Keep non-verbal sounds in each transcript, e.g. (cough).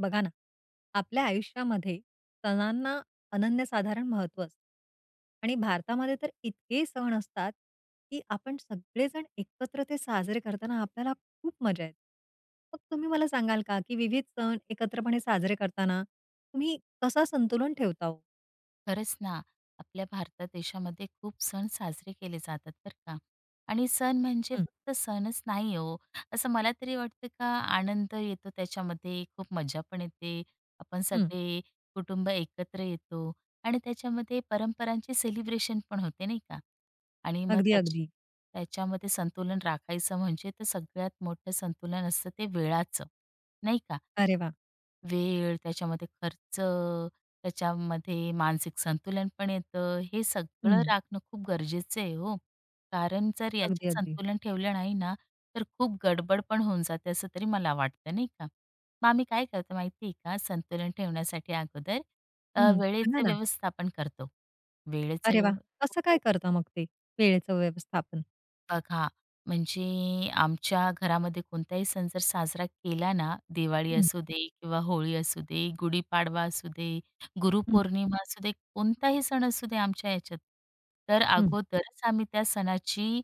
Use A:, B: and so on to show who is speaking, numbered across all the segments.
A: बघा ना, आपल्या आयुष्यामध्ये सणांना अनन्यसाधारण महत्त्व असतं आणि भारतामध्ये तर इतके सण असतात, की आपण सगळेजण एकत्र ते साजरे करताना आपल्याला खूप मजा येते. मग तुम्ही मला सांगाल का, की विविध सण एकत्रपणे साजरे करताना तुम्ही कसा संतुलन ठेवता हो?
B: खरंच ना, आपल्या भारतात देशामध्ये खूप सण साजरे केले जातात बरं का. आणि सण म्हणजे
A: हं,
B: फक्त सणच नाही हो, असं मला तरी वाटतं का आनंद येतो त्याच्यामध्ये, खूप मजा पण येते. आपण
A: हं.
B: सगळे कुटुंब एकत्र येतो आणि त्याच्यामध्ये परंपरांचे सेलिब्रेशन पण होते नाही का. आणि मग
A: अगदी,
B: त्याची
A: अगदी.
B: त्याच्यामध्ये संतुलन राखायचं म्हणजे तर सगळ्यात मोठं संतुलन असतं ते वेळाचं, नाही का.
A: अरे वाह!
B: वेळ, त्याच्यामध्ये खर्च, त्याच्यामध्ये मानसिक संतुलन पण येतं. हे सगळं
A: हं.
B: राखणं खूप गरजेचं आहे हो. कारण जर
A: अगदी,
B: याच्यात
A: अगदी.
B: संतुलन ठेवलं नाही ना, तर खूप गडबड पण होऊन जाते असं तरी मला वाटतं नाही का? मग आम्ही काय करतो माहिती आहे का? संतुलन ठेवण्यासाठी अगोदर
A: हं. सांगा
B: वेळेचं
A: ना.
B: व्यवस्थापन करतो.
A: अरे
B: वेळेचं
A: वाह! कसं काय
B: हो.
A: करता मग ते वेळेचं व्यवस्थापन?
B: बघा, म्हणजे आमच्या घरामध्ये कोणताही सण जर साजरा केला ना, दिवाळी
A: हं,
B: असू दे किंवा होळी असू दे, गुढीपाडवा असू दे,
A: हं,
B: गुरुपौर्णिमा असू दे, कोणताही सण असू दे आमच्या ह्याच्यात, तर
A: हं.
B: अगोदरच आम्ही त्या सणाची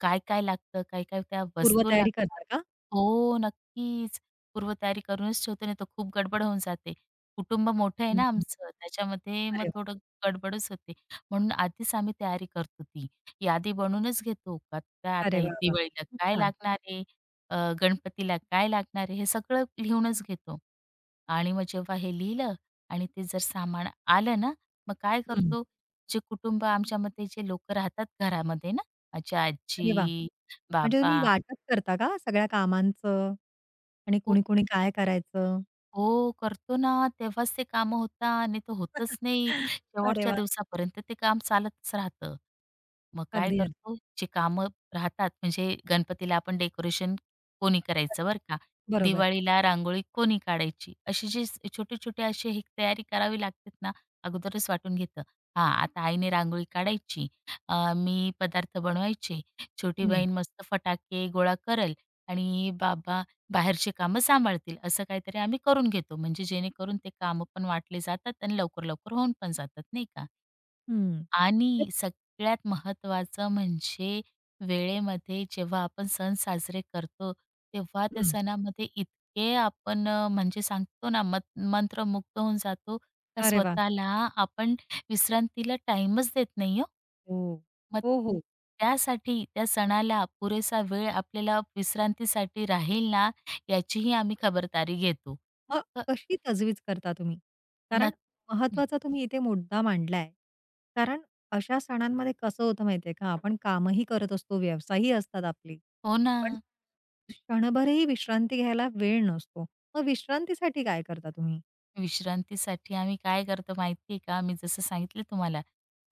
B: काय-काय लागतं, काय-काय त्या वस्तू
A: पूर्वतयारी
B: लागतात
A: करता का?
B: हो, नक्कीच. पूर्वतयारी करूनच ठेवतो, नाही तर खूप गडबड होऊन जाते. कुटुंब मोठं आहे
A: हं,
B: ना
A: हं.
B: आमचं, त्याच्यामध्ये मग
A: अरे वाह!
B: थोडं गडबडच होते. म्हणून आधीच आम्ही तयारी करतो ती. यादी बनवूनच घेतो का काय आता
A: अरे
B: हे
A: वाह! वाह!
B: दिवाळीला
A: खूप
B: काय
A: छान.
B: लागणार आहे, अ, गणपतीला काय लागणार आहे, हे सगळं लिहूनच घेतो. आणि मग जेव्हा हे लिहिलं आणि ते जर सामान आलं ना, मग काय
A: हं.
B: करतो, जे कुटुंब आमच्यामध्ये जे लोकं राहतात घरामध्ये ना, माझी
A: अरे वाह!
B: आजी,
A: म्हणजे
B: बाबा,
A: तुम्ही वाटप करता का सगळ्या कामांचं आणि
B: हो
A: कुणी-कुणी काय करायचं?
B: हो, करतो ना, तेव्हाच ते कामं होतात, नाही तर होतच नाही.
A: अरे
B: शेवटच्या
A: वाह!
B: दिवसापर्यंत ते काम चालतच राहतं. मग काय
A: अगदी, अगदी.
B: करतो, जे कामं राहतात म्हणजे गणपतीला आपण डेकोरेशन कोणी करायचं बरं का,
A: बरोबर.
B: दिवाळीला रांगोळी कोणी काढायची, अशी जी छोटे-छोटे अशी ही तयारी करावी लागते ना, अगोदरच वाटून घेतं. हां, आता आईने रांगोळी काढायची, मी पदार्थ बनवायचे, छोटी
A: हं,
B: बहीण मस्त फटाके गोळा करेल आणि बाबा बाहेरची कामं सांभाळतील, असं काहीतरी आम्ही करून घेतो. म्हणजे जेणेकरून ते कामं पण वाटले जातात आणि लवकर-लवकर होऊन पण जातात, नाही का?
A: हं.
B: आणि सगळ्यात महत्त्वाचं म्हणजे वेळेमध्ये जेव्हा आपण सण साजरे करतो, तेव्हा त्या
A: हं.
B: सणामध्ये इतके आपण म्हणजे सांगतो ना मंत्रमुग्ध होऊन जातो, का
A: अरे वाह!
B: स्वतःला आपण विश्रांतीला टाईमच देत नाही हो.
A: हो.
B: मग
A: हो, हो.
B: त्यासाठी त्या सणाला पुरेसा वेळ आपल्याला विश्रांतीसाठी राहील ना, याचीही आम्ही खबरदारी घेतो.
A: मग
B: तर
A: कशी तजवीज करता तुम्ही? कारण
B: नक्क हं.
A: महत्वाचा तुम्ही इथे मुद्दा मांडलाय. कारण अशा सणांमध्ये कसं होतं माहितीये का, आपण कामही करत असतो, व्यवसायही असतात आपली.
B: हो ना.
A: पण क्षणभरही विश्रांती घ्यायला वेळ नसतो. मग विश्रांतीसाठी काय करता तुम्ही?
B: विश्रांतीसाठी आम्ही काय करतो माहिती आहे का? मी जसं सांगितलं तुम्हाला,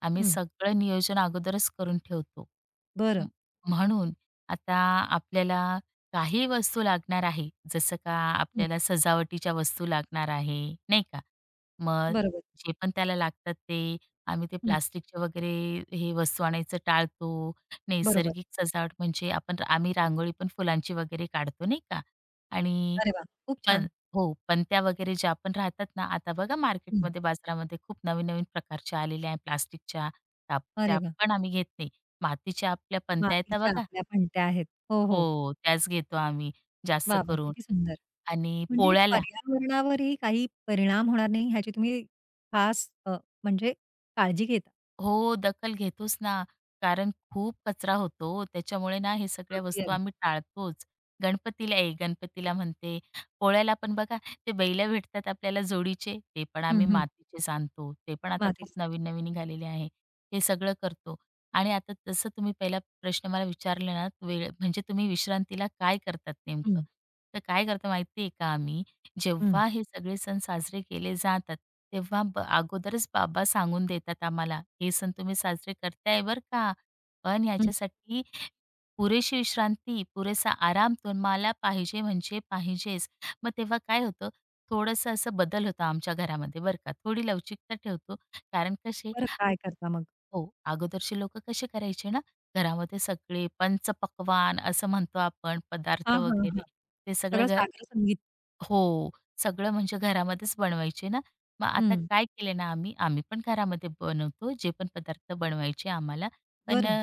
B: आम्ही
A: हं.
B: सगळं नियोजन अगोदरच करून ठेवतो.
A: बरं.
B: म म्हणून आता आपल्याला काही वस्तू लागणार आहे, जसं का
A: हं.
B: आपल्याला सजावटीच्या वस्तू लागणार आहे, नाही का? मग
A: बरोबर,
B: जे पण त्याला लागतात ते आम्ही
A: हं.
B: प्लास्टिकचे वगैरे हे वस्तू आणायचं टाळतो.
A: बरोबर.
B: नैसर्गिक सजावट म्हणजे आम्ही रांगोळी पण फुलांची वगैरे काढतो, नाही का? आणि
A: अरे वाह! खूप
B: पण
A: छान.
B: हो, पणत्या वगैरे ज्या पण राहतात ना, आता बघा
A: हं.
B: मार्केटमध्ये, बाजारामध्ये खूप नवीन-नवीन प्रकारच्या आलेल्या आहेत प्लास्टिकच्या. त्या
A: अरे
B: त्या
A: वाह!
B: पण आम्ही घेत नाही. मातीच्या आपल्या पंत्या येतात
A: मातीच्या
B: बघा
A: आपल्या पणत्या आहेत. हो, हो.
B: हो, त्याच घेतो आम्ही जास्त
A: वाह, वाह!
B: करून
A: किती सुंदर.
B: आणि
A: म्हणजे
B: पोळ्याला
A: पर्यावरणावरही काही परिणाम होणार नाही ह्याची तुम्ही खास म्हणजे काळजी घेता.
B: हो, दखल घेतोच ना. कारण खूप कचरा होतो ओ. त्याच्यामुळे ना हे सगळ्या
A: अगदी,
B: वस्तू
A: अगदी.
B: आम्ही टाळतोच. गणपतीला म्हणते, पोळ्याला पण बघा ते बैलं भेटतात आपल्याला जोडीचे, ते पण
A: हं,
B: आम्ही
A: हं.
B: मातीचे आणतो. ते पण आता खूप
A: मातीसाठी.
B: नवीन-नवीन निघालेले आहे. हे सगळं करतो. आणि आता जसं तुम्ही पहिला प्रश्न मला विचारला ना, वेळ म्हणजे तुम्ही विश्रांतीला काय करतात नेमकं?
A: हं,
B: तर काय करतो माहिती आहे का आम्ही,
A: हं,
B: जेव्हा हे सगळे सण साजरे केले जातात, तेव्हा अगोदरच बाबा सांगून देतात आम्हाला, हे सण तुम्ही साजरे करताय बरं का, पण
A: हं.
B: ह्याच्यासाठी पुरेशी विश्रांती, पुरेसा आराम तुम्हाला पाहिजे म्हणजे पाहिजेच. मग तेव्हा काय होतं, थोडंसं असं बदल होतो आमच्या घरामध्ये बरं का, थोडी लवचिकता ठेवतो. कारण कसे
A: बरं काय करता मग?
B: हो, अगोदरचे लोकं कसे करायचे ना, घरामध्ये सगळे पंचपक्वान्न असं म्हणतो आपण
A: हां,
B: पदार्थ
A: हां,
B: वगैरे,
A: हां.
B: ते सगळं
A: सगळं सागर संगीत.
B: हो. सगळं म्हणजे घरामध्येच बनवायचे ना. मग आता
A: हं.
B: काय केले ना आम्ही, आम्ही पण घरामध्ये बनवतो जे पण पदार्थ बनवायचे आम्हाला. पण
A: बरं.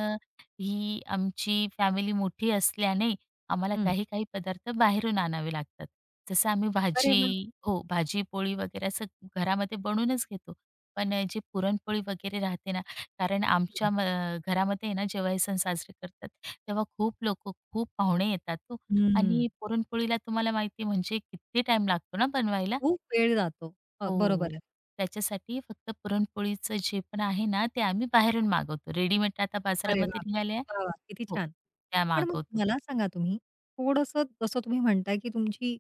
B: ही आमची फॅमिली मोठी असल्याने आम्हाला
A: हं.
B: काही-काही पदार्थ बाहेरून आणावे लागतात. जसं आम्ही
A: अरे वाह!
B: भाजी हो, भाजी-पोळी वगैरे असं घरामध्ये बनवूनच घेतो. पण जे पुरणपोळी वगैरे राहते ना, कारण
A: हं.
B: आमच्या घरामध्ये आहे ना जेव्हा हे सण साजरे करतात, तेव्हा खूप लोकं, खूप पाहुणे येतात हो. आणि
A: हं.
B: पुरणपोळीला तुम्हाला माहिती आहे म्हणजे किती टाईम लागतो ना बनवायला.
A: खूप वेळ जातो. बरोबर
B: हो.
A: आहे.
B: त्याच्यासाठी फक्त पुरणपोळीचं जे पण आहे ना, ते आम्ही बाहेरून मागवतो. रेडीमेड आता
A: अरे
B: बाजारामध्ये
A: वाह!
B: निघाल्या आहे.
A: वाह, वाह! किती
B: हो,
A: छान.
B: त्या
A: पण मग
B: मागवतो.
A: मला सांगा तुम्ही, थोडंसं जसं तुम्ही म्हणताय, की तुमची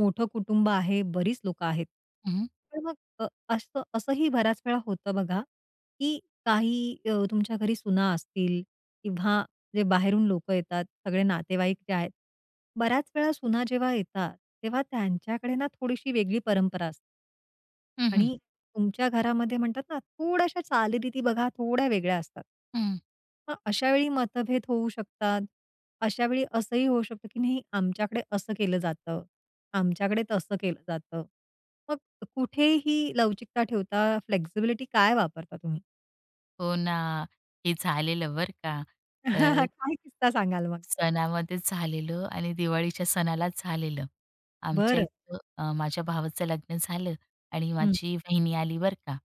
A: मोठं कुटुंब आहे, बरीच लोकं आहेत.
B: हं,
A: पण मग अ, असं असंही बऱ्याच वेळा होतं बघा, की काही तुमच्या घरी सुना असतील किंवा जे बाहेरून लोकं येतात, सगळे नातेवाईक जे आहेत. बऱ्याच वेळा सुना जेव्हा येतात, तेव्हा त्यांच्याकडे ना थोडीशी वेगळी परंपरा असते.
B: हं, हं,
A: आणि तुमच्या घरामध्ये म्हणतात ना, थोड्याशा चालीरीती बघा थोड्या वेगळ्या असतात. मग अशा वेळी मतभेद होऊ शकतात. अशा वेळी असंही होऊ शकतं, की नाही आमच्याकडे असं केलं जातं, आमच्याकडे तसं केलं जातं. मग कुठेही लवचिकता ठेवता, फ्लेक्सिबिलिटी काय वापरता तुम्ही?
B: हो ना, हे झालेलं बरं का. अ,
A: (laughs) काय किस्सा सांगाल मग?
B: सणामध्येच झालेलं आणि दिवाळीच्या सणालाच झालेलं. आमच्या
A: बरं.
B: इथं माझ्या भावाचं लग्न झालं आणि
A: हं.
B: माझी वहिनी आली बरं का.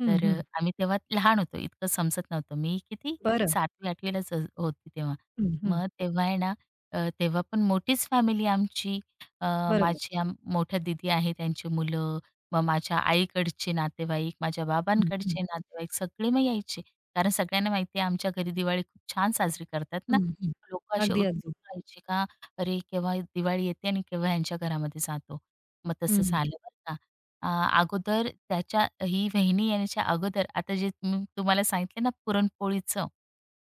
A: हं,
B: तर
A: हं.
B: आम्ही तेव्हा लहान होतो, इतकं समजत नव्हतं. मी किती
A: बरं.
B: 7वी-8वी लाच होती तेव्हा.
A: हं, हं.
B: मग तेव्हा आहे ना, तेव्हा पण मोठीच फॅमिली आमची. अ,
A: बरोबर.
B: माझी मोठ्या दीदी आहे, त्यांची मुलं, मग माझ्या आईकडचे नातेवाईक, माझ्या
A: हं, हं,
B: बाबांकडचे नातेवाईक सगळे मग यायचे. कारण सगळ्यांना माहिती आहे आमच्या घरी दिवाळी खूप छान साजरी करतात
A: हं,
B: ना.
A: हं.
B: लोक असे
A: अगदी,
B: उत्सुक
A: अगदी.
B: व्हायचे का, "अरे, केव्हा दिवाळी येते आणि केव्हा ह्यांच्या घरामध्ये जातो?" मग तसं
A: हं.
B: झालं बरं का. अगोदर त्याच्या ही वहिनी येण्याच्या अगोदर आता जे मी तुम्हाला सांगितलं ना पुरणपोळीचं,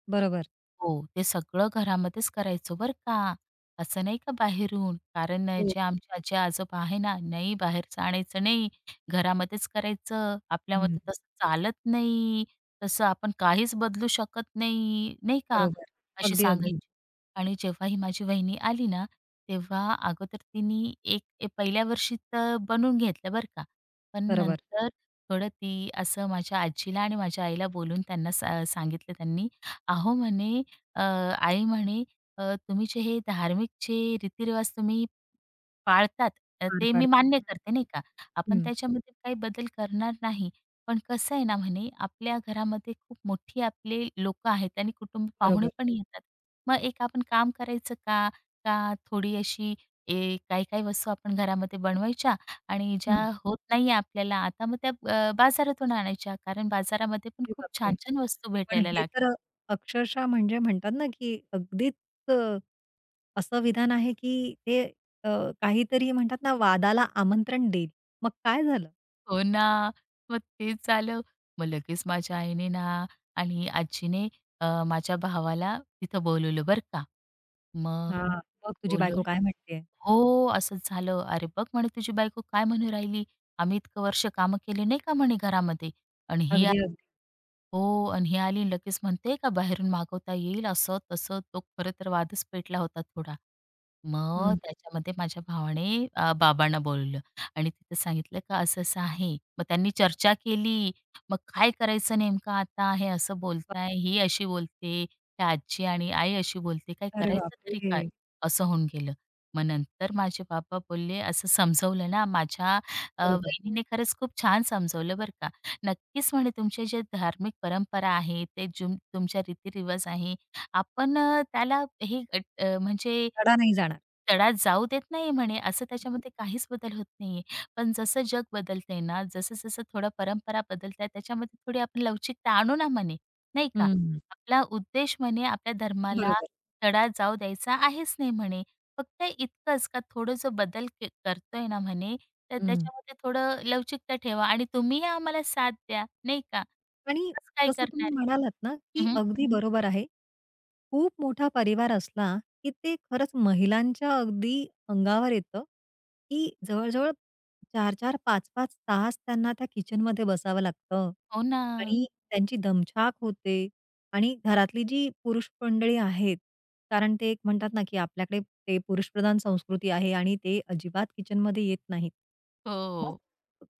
A: बरोबर.
B: हो, ते सगळं घरामध्येच करायचो बरं का. असं नाही का बाहेरून. कारण
A: हो.
B: जे हं. आमचे आजी-आजोबा आहे ना, नाही बाहेरचं आणायचं नाही, घरामध्येच करायचं.
A: हं.
B: आपल्यामध्ये तसं चालत नाही, तसं आपण काहीच बदलू शकत नाही, नाही का,
A: बरोबर.
B: अशी
A: अगदी, अगदी.
B: सांगायची. आणि जेव्हा ही माझी वहिनी आली ना, तेव्हा अगोदर तिने एक ए पहिल्या वर्षी तर बनवून घेतलं बरं का. पण
A: बरोबर.
B: नंतर थोडं ती असं माझ्या आजीला आणि माझ्या आईला बोलून त्यांना सांगितलं त्यांनी, "अहो," म्हणे आई म्हणे, तुम्ही जे हे धार्मिक जे रीतिरिवाज तुम्ही पाळतात,
A: पार
B: ते मी मान्य
A: पाडतात.
B: करते नाही का. आपण
A: हं.
B: त्याच्यामध्ये काही बदल करणार नाही. पण कसं आहे ना," म्हणे, "आपल्या घरामध्ये खूप मोठी आपले लोकं आहेत आणि कुटुंब पाहुणे
A: बरोबर.
B: पण येतात. मग एक आपण काम करायचं का? का थोडी अशी काही-काही वस्तू आपण घरामध्ये बनवायच्या आणि ज्या
A: हं.
B: होत नाहीये आपल्याला आता, मग त्या बाजारातून आणायच्या." कारण बाजारामध्ये पण
A: अरे
B: खूप
A: बापरे!
B: छान-छान वस्तू
A: पण
B: भेटायला
A: हे
B: लागल्या.
A: तर अक्षरशः म्हणजे म्हणतात ना, की अगदीच अ, असं विधान आहे, की ते अ, काहीतरी म्हणतात ना, वादाला आमंत्रण देईल. मग काय झालं?
B: हो ना. मग तेच झालं. मग लगेच माझ्या आईने ना आणि आजीने माझ्या भावाला तिथं बोलवलं बरं का. मग
A: हां. मग तुझी बायको
B: बोलवलं
A: काय म्हणतेय?
B: हो, असंच झालं. "अरे बघ," म्हणे, "तुझी बायको काय म्हणू राहिली. आम्ही इतकं वर्ष कामं केले नाही का," म्हणे, "घरामध्ये आणि ही
A: अगदी, अगदी.
B: हो आणि ही आली लगेच म्हणते का बाहेरून मागवता येईल असं तसं तो खरं तर वादच पेटला होता थोडा. मग
A: हं.
B: त्याच्यामध्ये माझ्या भावाने बाबांना बोलवलं आणि तिथं सांगितलं का असं-असं आहे. मग त्यांनी चर्चा केली. मग काय करायचं नेमकं आता हे असं बोलताय, ही अशी बोलते, त्या आजी आणि आई अशी बोलते, काय
A: अरे
B: करायचं तरी
A: बापरे!
B: काय? असं होऊन गेलं. मग नंतर माझे बाबा बोलले असं समजवलं ना माझ्या
A: बरोबर.
B: वहिनीने खरंच खूप छान समजवलं बरं का. नक्कीच म्हणे तुमचे जे धार्मिक परंपरा आहे, ते तुमच्या रीतीरिवाज आहे, आपण त्याला म्हणजे
A: तडा नाही जाणार.
B: तडा जाऊ देत नाही म्हणे, असं त्याच्यामध्ये काहीच बदल होत नाहीये. पण जसं जग बदलतंय ना, जसं-जसं थोडं परंपरा बदलताय, त्याच्यामध्ये थोडी आपण लवचिकता आणू ना म्हणे, नाही का?
A: हं.
B: आपला उद्देश म्हणे आपल्या धर्माला
A: बरोबर.
B: तडा जाऊ द्यायचा आहेच नाही म्हणे. फक्त इतकंच का थोडं जो बदल करतोय ना म्हणे तर
A: हं.
B: त्याच्यामध्ये थोडं लवचिकता ठेवा आणि तुम्हीही आम्हाला साथ द्या, नाही का?
A: आणि
B: असं काय
A: जसं तुम्ही
B: करणार
A: म्हणालात ना,
B: आहे?
A: की
B: हं,
A: अगदी बरोबर आहे. खूप मोठा परिवार असला, की ते खरंच महिलांच्या अगदी अंगावर येतं, की जवळ-जवळ चार 4 पाच 5 तास त्यांना त्या किचनमध्ये बसावं लागतं
B: हो ना.
A: आणि त्यांची दमछाक होते आणि घरातली जी पुरुष मंडळी आहेत, कारण ते एक म्हणतात ना, की आपल्याकडे ते पुरुषप्रधान संस्कृती आहे आणि ते अजिबात किचनमध्ये येत नाहीत. मग
B: हो.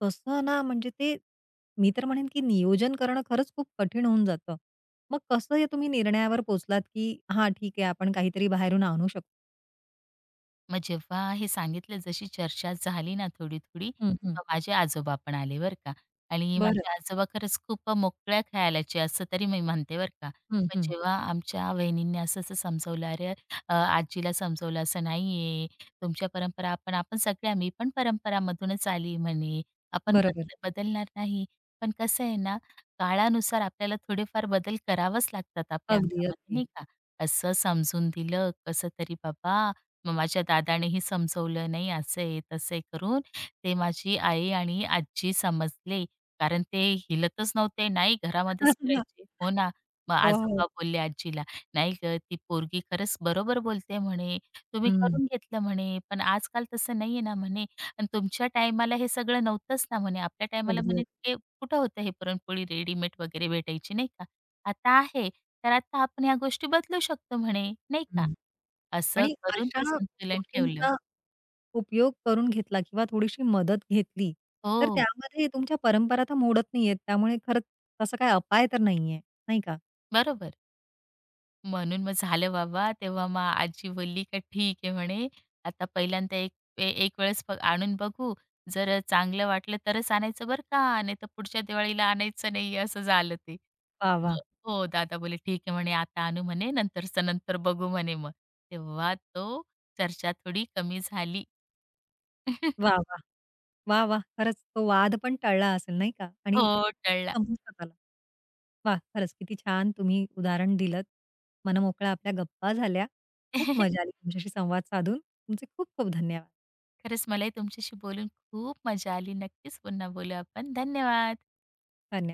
A: तसं ना, म्हणजे ते मी तर म्हणेन, की नियोजन करणं खरंच खूप कठीण होऊन जातं. मग कसं हे तुम्ही निर्णयावर पोहोचलात, की हां, ठीक आहे आपण काहीतरी बाहेरून आणू शकतो?
B: मग जेव्हा हे सांगितलं जशी चर्चा झाली ना थोडी-थोडी,
A: हं, हं.
B: मग माझे आजोबा पण आले बरं का आणि
A: बरं.
B: माझे आजोबा खरंच खूप मोकळ्या खयालाचे असं तरी मी म्हणते बरं का.
A: हं,
B: मग
A: हं.
B: जेव्हा आमच्या वहिनींनी असं-असं समजवलं, "अरे आजीला समजवलं असं नाहीये, तुमच्या परंपरा आपण आपण सगळ्या मी पण परंपरामधूनच आली म्हणे, आपण
A: बरोबर.
B: बदलणार नाही." पण कसं आहे ना, काळानुसार आपल्याला थोडेफार बदल करावेच लागतात आपल्या
A: अगदी,
B: अंगामध्ये
A: अगदी.
B: नाही का. असं समजून दिलं कसं तरी बाबा मग माझ्या दादानेही समजवलं, "नाही असं आहे, तसं आहे" करून ते माझी आई आणि आजी समजले. कारण ते हिलतच नव्हते. नाही घरामध्येच
A: (laughs)
B: करायचे. हो ना. मग
A: हो, हो.
B: आजोबा बोलले आजीला, "नाही गं, ती पोरगी खरंच बरोबर बोलते म्हणे. तुम्ही
A: हं.
B: करून घेतलं म्हणे. पण आजकाल तसं नाहीये ना म्हणे. आणि तुमच्या टायमाला हे सगळं नव्हतंच ना म्हणे. आपल्या टायमाला
A: अगदी,
B: म्हणे ते कुठं होतं हे पुरणपोळी रेडीमेड वगैरे भेटायची नाही का? आता आहे. तर आता आपण ह्या गोष्टी बदलू शकतो म्हणे, नाही का?"
A: हं.
B: असं
A: आणि
B: करून
A: अशा
B: ते संतुलन ठेवलं.
A: गोष्टींचा उपयोग करून घेतला किंवा थोडीशी मदत घेतली, तर
B: हो,
A: त्यामध्ये तुमच्या परंपरा तर मोडत नाहीयेत. त्यामुळे खरंच तसा काही अपाय तर नाहीये, नाही का?
B: बरोबर. म्हणून मग झालं बाबा, तेव्हा मग आजी बोलली का "ठीक आहे," म्हणे, "आता पहिल्यांदा एक वेळेस आणून बघू. जर चांगलं वाटलं तरच आणायचं बरं का, नाहीतर पुढच्या दिवाळीला आणायचं नाही." असं झालं ते.
A: वाह, वाह!
B: मग हो, दादा बोलले, "ठीक आहे," म्हणे, "आता आणू," म्हणे, "नंतरचं नंतर बघू," म्हणे मग. तेव्हा तो चर्चा थोडी कमी झाली. (laughs)
A: वाह, वाह! वा, वा, खरंच तो वाद पण टळला असेल नाही का? आणि
B: हो, टळला.
A: संपुष्टात आला. वा, खरंच किती छान तुम्ही उदाहरण दिलत. मनमोकळ्या आपल्या गप्पा झाल्या. खूप मजा
B: (laughs)
A: आली तुमच्याशी संवाद साधून. तुमचे खूप खूप धन्यवाद.
B: खरंच मलाही तुमच्याशी बोलून खूप मजा आली. नक्कीच पुन्हा बोलू आपण. धन्यवाद.
A: धन्यवाद.